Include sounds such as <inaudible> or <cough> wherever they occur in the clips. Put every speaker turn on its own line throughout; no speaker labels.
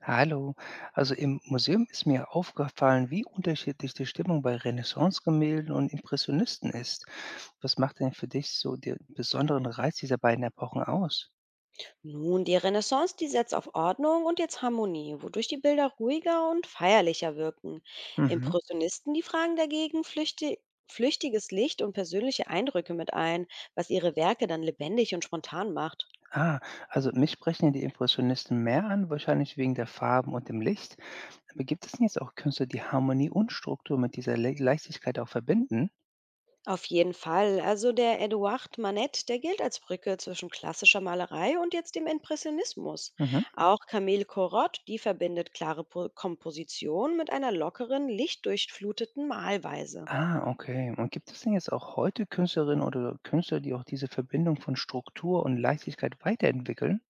Hallo. Also im Museum ist mir aufgefallen, wie unterschiedlich die Stimmung bei Renaissance-Gemälden und Impressionisten ist. Was macht denn für dich so den besonderen Reiz dieser beiden Epochen aus?
Nun, die Renaissance, die setzt auf Ordnung und jetzt Harmonie, wodurch die Bilder ruhiger und feierlicher wirken.
Mhm.
Impressionisten, die fragen dagegen flüchtiges Licht und persönliche Eindrücke mit ein, was ihre Werke dann lebendig und spontan macht.
Ah, also mich sprechen ja die Impressionisten mehr an, wahrscheinlich wegen der Farben und dem Licht. Aber gibt es denn jetzt auch Künstler, die Harmonie und Struktur mit dieser Le Leichtigkeit auch verbinden?
Auf jeden Fall. Also der Eduard Manet, der gilt als Brücke zwischen klassischer Malerei und jetzt dem Impressionismus.
Mhm.
Auch Camille Corot, die verbindet klare Komposition mit einer lockeren, lichtdurchfluteten Malweise.
Ah, okay. Und gibt es denn jetzt auch heute Künstlerinnen oder Künstler, die auch diese Verbindung von Struktur und Leichtigkeit weiterentwickeln?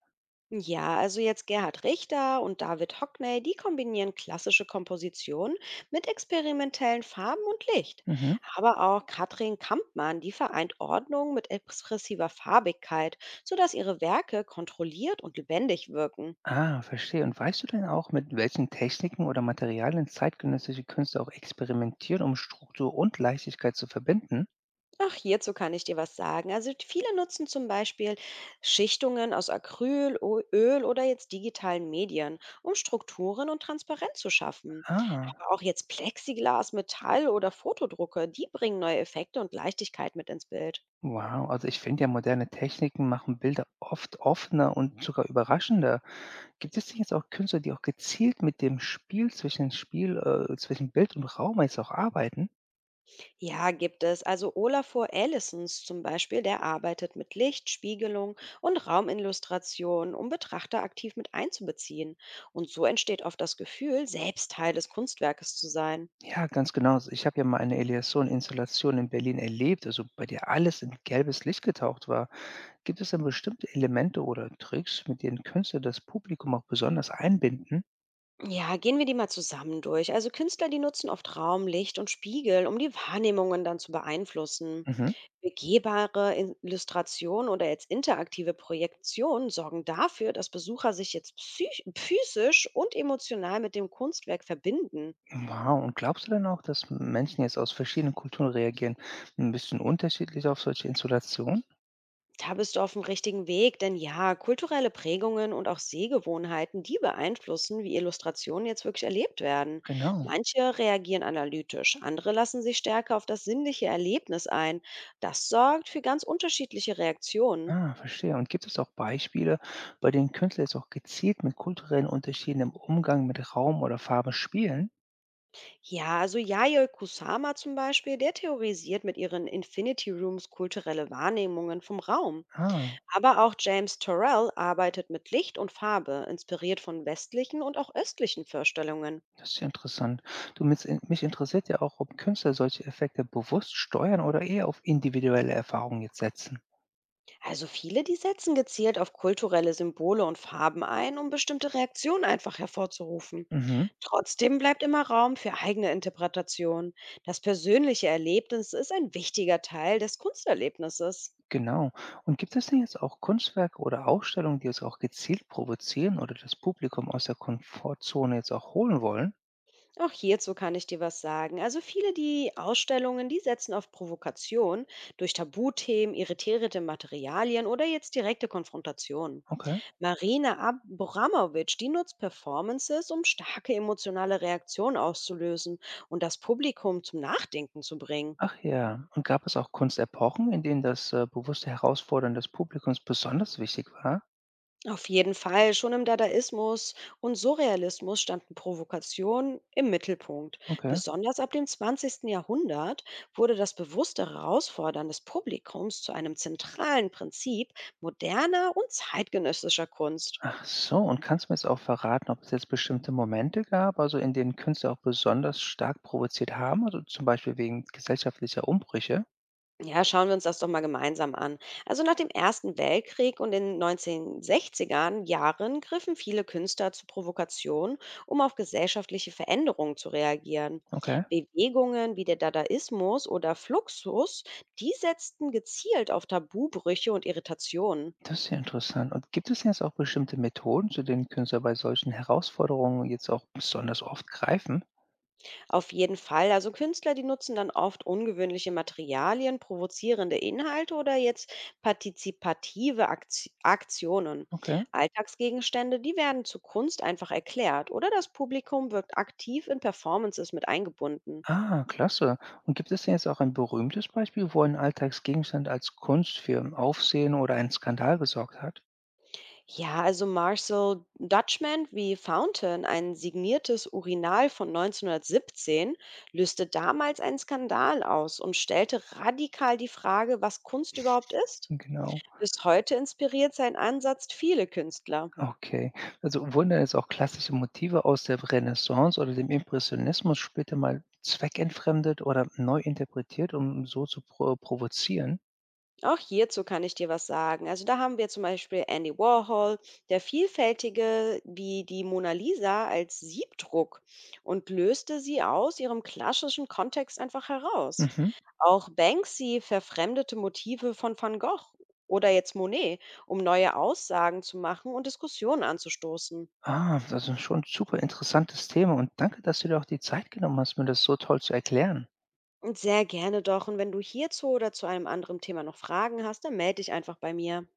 Ja, also jetzt Gerhard Richter und David Hockney, die kombinieren klassische Kompositionen mit experimentellen Farben und Licht.
Mhm.
Aber auch Katrin Kampmann, die vereint Ordnung mit expressiver Farbigkeit, sodass ihre Werke kontrolliert und lebendig wirken.
Ah, verstehe. Und weißt du denn auch, mit welchen Techniken oder Materialien zeitgenössische Künstler auch experimentieren, um Struktur und Leichtigkeit zu verbinden?
Auch hierzu kann ich dir was sagen. Also viele nutzen zum Beispiel Schichtungen aus Acryl, Öl oder jetzt digitalen Medien, um Strukturen und Transparenz zu schaffen.
Ah,
Aber auch jetzt Plexiglas, Metall oder Fotodrucke, die bringen neue Effekte und Leichtigkeit mit ins Bild.
wow. Also ich finde ja, moderne Techniken machen Bilder oft offener und sogar überraschender. Gibt es denn jetzt auch Künstler, die auch gezielt mit dem Spiel zwischen Bild und Raum jetzt auch arbeiten?
Ja, gibt es. Also Olafur Ellisons zum Beispiel, der arbeitet mit Licht, Spiegelung und Raumillustration, um Betrachter aktiv mit einzubeziehen. Und so entsteht oft das Gefühl, selbst Teil des Kunstwerkes zu sein.
Ja, ganz genau. Ich habe ja mal eine Eliasson-Installation in Berlin erlebt, also bei der alles in gelbes Licht getaucht war. Gibt es denn bestimmte Elemente oder Tricks, mit denen Künstler das Publikum auch besonders einbinden?
Ja, gehen wir die mal zusammen durch. Also Künstler, die nutzen oft Raum, Licht und Spiegel, um die Wahrnehmungen dann zu beeinflussen.
Mhm.
Begehbare Illustrationen oder jetzt interaktive Projektionen sorgen dafür, dass Besucher sich jetzt physisch und emotional mit dem Kunstwerk verbinden.
Wow, und glaubst du denn auch, dass Menschen jetzt aus verschiedenen Kulturen reagieren, ein bisschen unterschiedlich auf solche Installationen?
Da bist du auf dem richtigen Weg, denn ja, kulturelle Prägungen und auch Sehgewohnheiten, die beeinflussen, wie Illustrationen jetzt wirklich erlebt werden.
Genau.
Manche reagieren analytisch, andere lassen sich stärker auf das sinnliche Erlebnis ein. Das sorgt für ganz unterschiedliche Reaktionen.
Ah, verstehe. Und gibt es auch Beispiele, bei denen Künstler jetzt auch gezielt mit kulturellen Unterschieden im Umgang mit Raum oder Farbe spielen?
Ja, also Yayoi Kusama zum Beispiel, der theorisiert mit ihren Infinity Rooms kulturelle Wahrnehmungen vom Raum.
Ah,
Aber auch James Turrell arbeitet mit Licht und Farbe, inspiriert von westlichen und auch östlichen Vorstellungen.
das ist ja interessant. Du, mich interessiert ja auch, ob Künstler solche Effekte bewusst steuern oder eher auf individuelle Erfahrungen jetzt setzen.
Also viele, die setzen gezielt auf kulturelle Symbole und Farben ein, um bestimmte Reaktionen einfach hervorzurufen.
Mhm.
Trotzdem bleibt immer Raum für eigene Interpretation. Das persönliche Erlebnis ist ein wichtiger Teil des Kunsterlebnisses.
Genau. Und gibt es denn jetzt auch Kunstwerke oder Ausstellungen, die jetzt auch gezielt provozieren oder das Publikum aus der Komfortzone jetzt auch holen wollen?
Auch hierzu kann ich dir was sagen. Also viele, die Ausstellungen, die setzen auf Provokation durch Tabuthemen, irritierte Materialien oder jetzt direkte Konfrontationen.
Okay.
Marina Ab Abramovic, die nutzt Performances, um starke emotionale Reaktionen auszulösen und das Publikum zum Nachdenken zu bringen.
Ach ja. Und gab es auch Kunstepochen, in denen das bewusste Herausfordern des Publikums besonders wichtig war?
Auf jeden Fall, schon im Dadaismus und Surrealismus standen Provokationen im Mittelpunkt.
Okay.
Besonders ab dem 20. Jahrhundert wurde das bewusste Herausfordern des Publikums zu einem zentralen Prinzip moderner und zeitgenössischer Kunst.
Ach so, und kannst du mir jetzt auch verraten, ob es jetzt bestimmte Momente gab, also in denen Künstler auch besonders stark provoziert haben, also zum Beispiel wegen gesellschaftlicher Umbrüche?
Ja, schauen wir uns das doch mal gemeinsam an. Also nach dem Ersten Weltkrieg und den 1960er Jahren griffen viele Künstler zu Provokationen, um auf gesellschaftliche Veränderungen zu reagieren.
Okay.
Bewegungen wie der Dadaismus oder Fluxus, die setzten gezielt auf Tabubrüche und Irritationen.
Das ist ja interessant. Und gibt es jetzt auch bestimmte Methoden, zu denen Künstler bei solchen Herausforderungen jetzt auch besonders oft greifen?
Auf jeden Fall. Also Künstler, die nutzen dann oft ungewöhnliche Materialien, provozierende Inhalte oder jetzt partizipative Aktionen.
Okay.
Alltagsgegenstände, die werden zu Kunst einfach erklärt oder das Publikum wirkt aktiv in Performances mit eingebunden.
Ah, klasse. Und gibt es denn jetzt auch ein berühmtes Beispiel, wo ein Alltagsgegenstand als Kunst für Aufsehen oder einen Skandal gesorgt hat?
Ja, also Marcel Dutchman wie Fountain, ein signiertes Urinal von 1917, löste damals einen Skandal aus und stellte radikal die Frage, was Kunst überhaupt ist.
Genau.
Bis heute inspiriert sein Ansatz viele Künstler.
Okay. Also wurden dann jetzt auch klassische Motive aus der Renaissance oder dem Impressionismus später mal zweckentfremdet oder neu interpretiert, um so zu provozieren?
Auch hierzu kann ich dir was sagen. Also da haben wir zum Beispiel Andy Warhol, der vielfältige wie die Mona Lisa als Siebdruck und löste sie aus ihrem klassischen Kontext einfach
<laughs>
heraus.
Mhm.
Auch Banksy verfremdete Motive von Van Gogh oder jetzt Monet, um neue Aussagen zu machen und Diskussionen anzustoßen.
Ah, also schon ein super interessantes Thema und danke, dass du dir auch die Zeit genommen hast, mir das so toll zu erklären.
Und sehr gerne doch. Und wenn du hierzu oder zu einem anderen Thema noch Fragen hast, dann melde dich einfach bei mir.